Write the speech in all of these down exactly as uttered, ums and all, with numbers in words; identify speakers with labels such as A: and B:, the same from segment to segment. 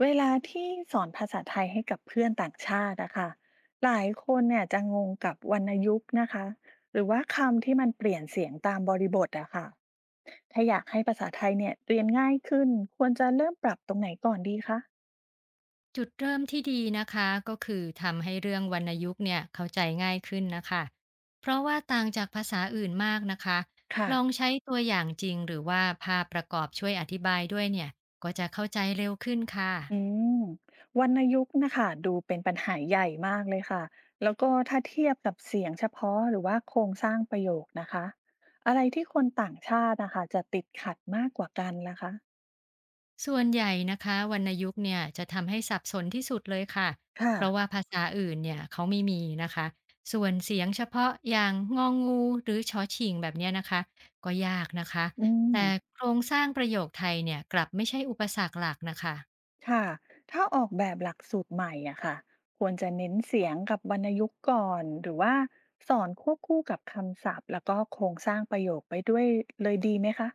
A: เวลาที่สอนภาษาไทยให้กับเพื่อนต่างชาติอะค่ะหลายคนเนี่ยจะงงกับวรรณยุกต์นะคะหรือว่าคำที่มันเปลี่ยนเสียงตามบริบทอะค่ะถ้าอยากให้ภาษาไทยเนี่ยเรียนง่ายขึ้นควรจะเริ่มปรับตรงไหนก่อนดีคะ
B: จุดเริ่มที่ดีนะคะก็คือทำให้เรื่องวรรณยุกต์เนี่ยเข้าใจง่ายขึ้นนะคะเพราะว่าต่างจากภาษาอื่นมากนะคะ
A: ค่ะ
B: ลองใช้ตัวอย่างจริงหรือว่าภาพประกอบช่วยอธิบายด้วยเนี่ยก็จะเข้าใจเร็วขึ้นค่ะ
A: อืมวรรณยุกต์นะคะดูเป็นปัญหาใหญ่มากเลยค่ะแล้วก็ถ้าเทียบกับเสียงเฉพาะหรือว่าโครงสร้างประโยคนะคะอะไรที่คนต่างชาตินะคะจะติดขัดมากกว่ากันล่ะคะ
B: ส่วนใหญ่นะคะวรรณยุกต์เนี่ยจะทำให้สับสนที่สุดเลยค่ะ
A: ค่ะ
B: เพราะว่าภาษาอื่นเนี่ยเขาไม่มีนะคะส่วนเสียงเฉพาะอย่างงองูหรือชอชิงแบบเนี้ยนะคะก็ยากนะคะ
A: อืม
B: แต่โครงสร้างประโยคไทยเนี่ยกลับไม่ใช่อุปสรรคหลักนะคะ
A: ค่ะถ้าออกแบบหลักสูตรใหม่อ่ะค่ะควรจะเน้นเสียงกับวรรณยุกต์ก่อนหรือว่าสอนควบคู่กับคำศัพท์แล้วก็โครงสร้างประโยคไปด้วยเลยดีไหมคะ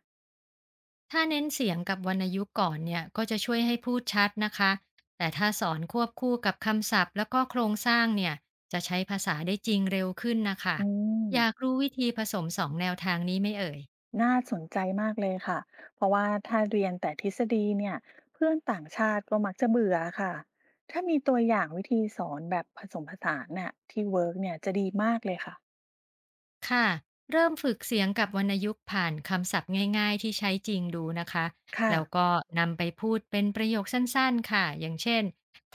B: ถ้าเน้นเสียงกับวรรณยุกต์ก่อนเนี่ยก็จะช่วยให้พูดชัดนะคะแต่ถ้าสอนควบคู่กับคำศัพท์แล้วก็โครงสร้างเนี่ยจะใช้ภาษาได้จริงเร็วขึ้นนะคะ
A: อืม
B: อยากรู้วิธีผสมสองแนวทางนี้ไหม่เอ่ย
A: น่าสนใจมากเลยค่ะเพราะว่าถ้าเรียนแต่ทฤษฎีเนี่ยเพื่อนต่างชาติก็มักจะเบื่อค่ะถ้ามีตัวอย่างวิธีสอนแบบผสมผสานน่ะที่เวิร์กเนี่ยจะดีมากเลยค่ะ
B: ค่ะเริ่มฝึกเสียงกับวรรณยุกต์ผ่านคำศัพท์ง่ายๆที่ใช้จริงดูนะคะ
A: ค่ะ
B: แล้วก็นำไปพูดเป็นประโยคสั้นๆค่ะอย่างเช่น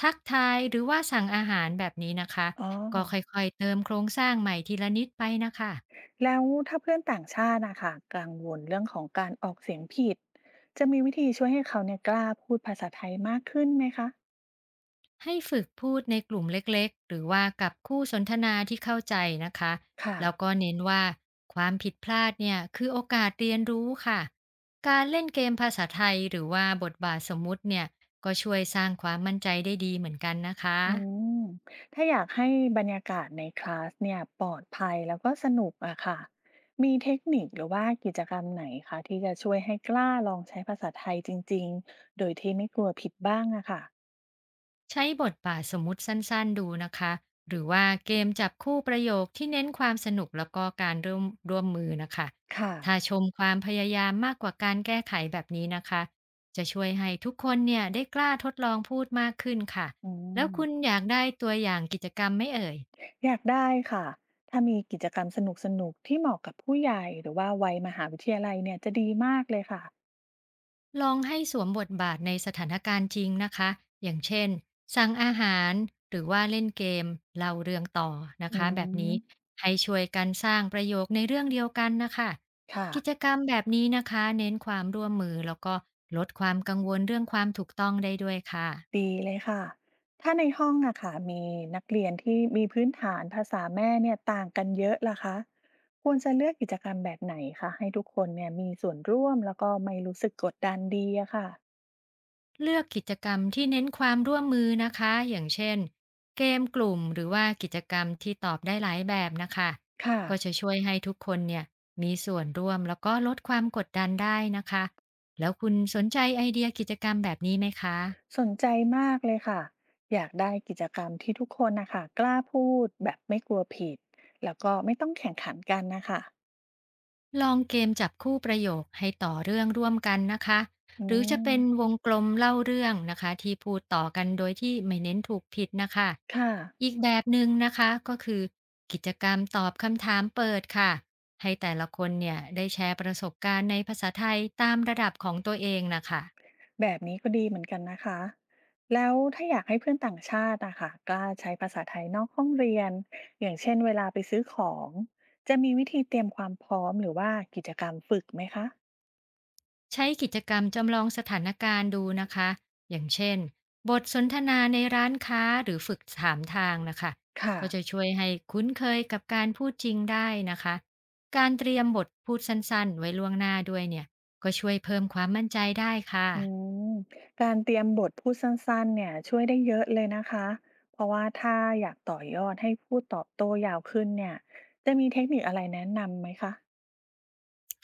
B: ทักทายหรือว่าสั่งอาหารแบบนี้นะคะ
A: อ๋อ
B: ก็ค่อยๆเติมโครงสร้างใหม่ทีละนิดไปนะคะ
A: แล้วถ้าเพื่อนต่างชาติอะค่ะกังวลเรื่องของการออกเสียงผิดจะมีวิธีช่วยให้เขาเนี่ยกล้าพูดภาษาไทยมากขึ้นไหมคะ
B: ให้ฝึกพูดในกลุ่มเล็กๆ หรือว่ากับคู่สนทนาที่เข้าใจนะคะ
A: ค่ะ
B: แล้วก็เน้นว่าความผิดพลาดเนี่ยคือโอกาสเรียนรู้ค่ะ การเล่นเกมภาษาไทยหรือว่าบทบาทสมมุติเนี่ยก็ช่วยสร้างความมั่นใจได้ดีเหมือนกันนะคะ
A: อืมถ้าอยากให้บรรยากาศในคลาสเนี่ยปลอดภัยแล้วก็สนุกอะค่ะมีเทคนิคหรือว่ากิจกรรมไหนคะที่จะช่วยให้กล้าลองใช้ภาษาไทยจริงๆโดยที่ไม่กลัวผิดบ้างอะค่ะ
B: ใช้บทบาทสมมุติสั้นๆดูนะคะหรือว่าเกมจับคู่ประโยคที่เน้นความสนุกแล้วก็การร่วมร่วมมือนะคะ
A: ค่ะ
B: ถ้าชมความพยายามมากกว่าการแก้ไขแบบนี้นะคะจะช่วยให้ทุกคนเนี่ยได้กล้าทดลองพูดมากขึ้นค่ะ
A: อื
B: แล้ว
A: ม
B: คุณอยากได้ตัวอย่างกิจกรรมไหม่เอ่ย
A: อยากได้ค่ะ ถ้ามีกิจกรรมสนุกๆที่เหมาะกับผู้ใหญ่หรือว่าวัยมหาวิทยาลัยเนี่ยจะดีมากเลยค่ะ
B: ลองให้สวมบทบาทในสถานการณ์จริงนะคะอย่างเช่นสั่งอาหารหรือว่าเล่นเกมเล่าเรื่องต่อนะ
A: อื
B: คะแบบนี้
A: ม
B: ให้ช่วยกันสร้างประโยคในเรื่องเดียวกันนะคะ
A: ค่ะ
B: กิจกรรมแบบนี้นะคะเน้นความร่วมมือแล้วก็ลดความกังวลเรื่องความถูกต้องได้ด้วยค่ะ
A: ดีเลยค่ะ ถ้าในห้องอะค่ะมีนักเรียนที่มีพื้นฐานภาษาแม่เนี่ยต่างกันเยอะล่ะคะควรจะเลือกกิจกรรมแบบไหนคะให้ทุกคนเนี่ยมีส่วนร่วมแล้วก็ไม่รู้สึกกดดันดีอะค่ะ
B: เลือกกิจกรรมที่เน้นความร่วมมือนะคะอย่างเช่นเกมกลุ่มหรือว่ากิจกรรมที่ตอบได้หลายแบบนะคะ
A: ค่ะ
B: ก็จะช่วยให้ทุกคนเนี่ยมีส่วนร่วมแล้วก็ลดความกดดันได้นะคะแล้วคุณสนใจไอเดียกิจกรรมแบบนี้ไหมคะ
A: สนใจมากเลยค่ะอยากได้กิจกรรมที่ทุกคนนะคะกล้าพูดแบบไม่กลัวผิดแล้วก็ไม่ต้องแข่งขันกันนะคะ
B: ลองเกมจับคู่ประโยคให้ต่อเรื่องร่วมกันนะคะ
A: อื
B: หรือจะ
A: ม
B: เป็นวงกลมเล่าเรื่องนะคะที่พูดต่อกันโดยที่ไม่เน้นถูกผิดนะคะ
A: ค่ะ
B: อีกแบบหนึ่งนะคะก็คือกิจกรรมตอบคำถามเปิดค่ะ ให้แต่ละคนเนี่ยได้แชร์ประสบการณ์ในภาษาไทยตามระดับของตัวเองนะคะ
A: แบบนี้ก็ดีเหมือนกันนะคะแล้วถ้าอยากให้เพื่อนต่างชาติอะคะกล้าใช้ภาษาไทยนอกห้องเรียนอย่างเช่นเวลาไปซื้อของจะมีวิธีเตรียมความพร้อมหรือว่ากิจกรรมฝึกไหมคะ
B: ใช้กิจกรรมจำลองสถานการณ์ดูนะคะ อย่างเช่นบทสนทนาในร้านค้าหรือฝึกถามทางนะคะ
A: ค่ะ
B: ก็จะช่วยให้คุ้นเคยกับการพูดจริงได้นะคะ การเตรียมบทพูดสั้นๆไว้ล่วงหน้าด้วยเนี่ย ก็ช่วยเพิ่มความมั่นใจได้ค่ะ
A: อืมการเตรียมบทพูดสั้นๆเนี่ยช่วยได้เยอะเลยนะคะเพราะว่าถ้าอยากต่อยอดให้พูดตอบโต้ยาวขึ้นเนี่ยจะมีเทคนิคอะไรแนะนำไหมคะ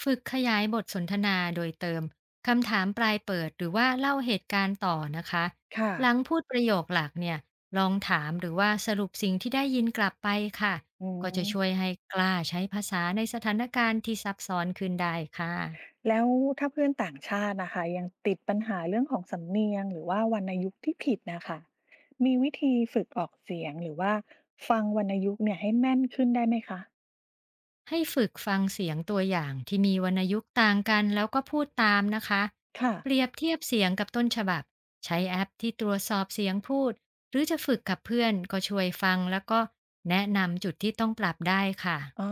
B: ฝึกขยายบทสนทนาโดยเติมคำถามปลายเปิดหรือว่าเล่าเหตุการณ์ต่อนะคะ
A: ค่ะ
B: หลังพูดประโยคหลักเนี่ยลองถามหรือว่าสรุปสิ่งที่ได้ยินกลับไปค่ะ
A: อื
B: ก็จะช่วย
A: ม
B: ให้กล้าใช้ภาษาในสถานการณ์ที่ซับซ้อนขึ้นได้ค่ะ
A: แล้วถ้าเพื่อนต่างชาตินะคะยังติดปัญหาเรื่องของสำเนียงหรือว่าวรรณยุกต์ที่ผิดนะคะมีวิธีฝึกออกเสียงหรือว่าฟังวรรณยุกต์เนี่ยให้แม่นขึ้นได้ไหมคะ
B: ให้ฝึกฟังเสียงตัวอย่างที่มีวรรณยุกต์ต่างกันแล้วก็พูดตามนะคะ
A: ค่ะ
B: เปรียบเทียบเสียงกับต้นฉบับ ใช้แอปที่ตรวจสอบเสียงพูด หรือจะฝึกกับเพื่อนก็ช่วยฟังแล้วก็แนะนำจุดที่ต้องปรับได้ค่ะ
A: อ๋อ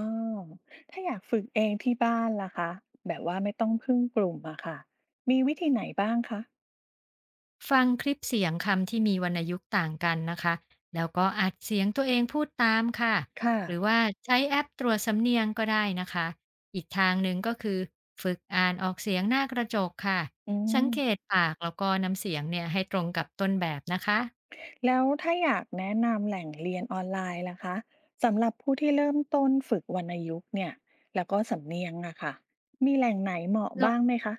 A: ถ้าอยากฝึกเองที่บ้านล่ะคะแบบว่าไม่ต้องพึ่งกลุ่มอะค่ะ มีวิธีไหนบ้างคะ
B: ฟังคลิปเสียงคำที่มีวรรณยุกต์ต่างกันนะคะ แล้วก็อัดเสียงตัวเองพูดตามค่ะ
A: ค่ะ
B: หรือว่าใช้แอปตรวจสำเนียงก็ได้นะคะ อีกทางหนึ่งก็คือฝึกอ่านออกเสียงหน้ากระจกค่ะ
A: อื
B: สังเกต
A: ม
B: ปากแล้วก็น้ำเสียงเนี่ยให้ตรงกับต้นแบบนะคะ
A: แล้วถ้าอยากแนะนำแหล่งเรียนออนไลน์ล่ะคะสำหรับผู้ที่เริ่มต้นฝึกวรรณยุกต์เนี่ยแล้วก็สำเนียงอะค่ะมีแหล่งไหนเหมาะบ้างไหมคะ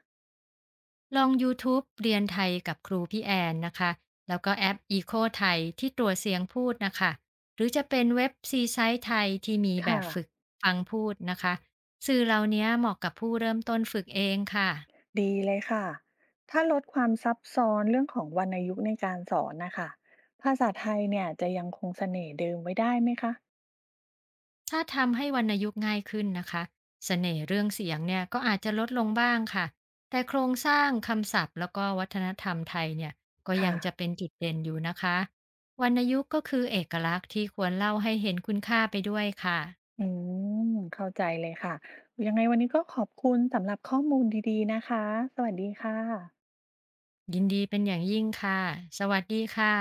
B: ลองยูทูบเรียนไทยกับครูพี่แอนนะคะแล้วก็แอป อี โค ไทยที่ตัวเสียงพูดนะคะหรือจะเป็นเว็บซีไซต์ไทยที่มีแบ
A: ค่ะ
B: บฝึกฟังพูดนะคะสื่อเหล่านี้เหมาะกับผู้เริ่มต้นฝึกเองค่ะ
A: ดีเลยค่ะถ้าลดความซับซ้อนเรื่องของวรรณยุกต์ในการสอนนะคะภาษาไทยเนี่ยจะยังคงเสน่ห์เดิมไว้ได้ไหมคะ
B: ถ้าทำให้วรรณยุกต์ง่ายขึ้นนะคะเสน่ห์เรื่องเสียงเนี่ยก็อาจจะลดลงบ้างค่ะแต่โครงสร้างคำศัพท์แล้วก็วัฒนธรรมไทยเนี่ยก็ยั
A: ค่ะ
B: งจะเป็นจุดเด่นอยู่นะคะวรรณยุกต์ก็คือเอกลักษณ์ที่ควรเล่าให้เห็นคุณค่าไปด้วยค่ะ
A: อืมเข้าใจเลยค่ะยังไงวันนี้ก็ขอบคุณสำหรับข้อมูลดีๆนะคะสวัสดีค่ะ
B: ยินดีเป็นอย่างยิ่งค่ะ สวัสดีค่ะ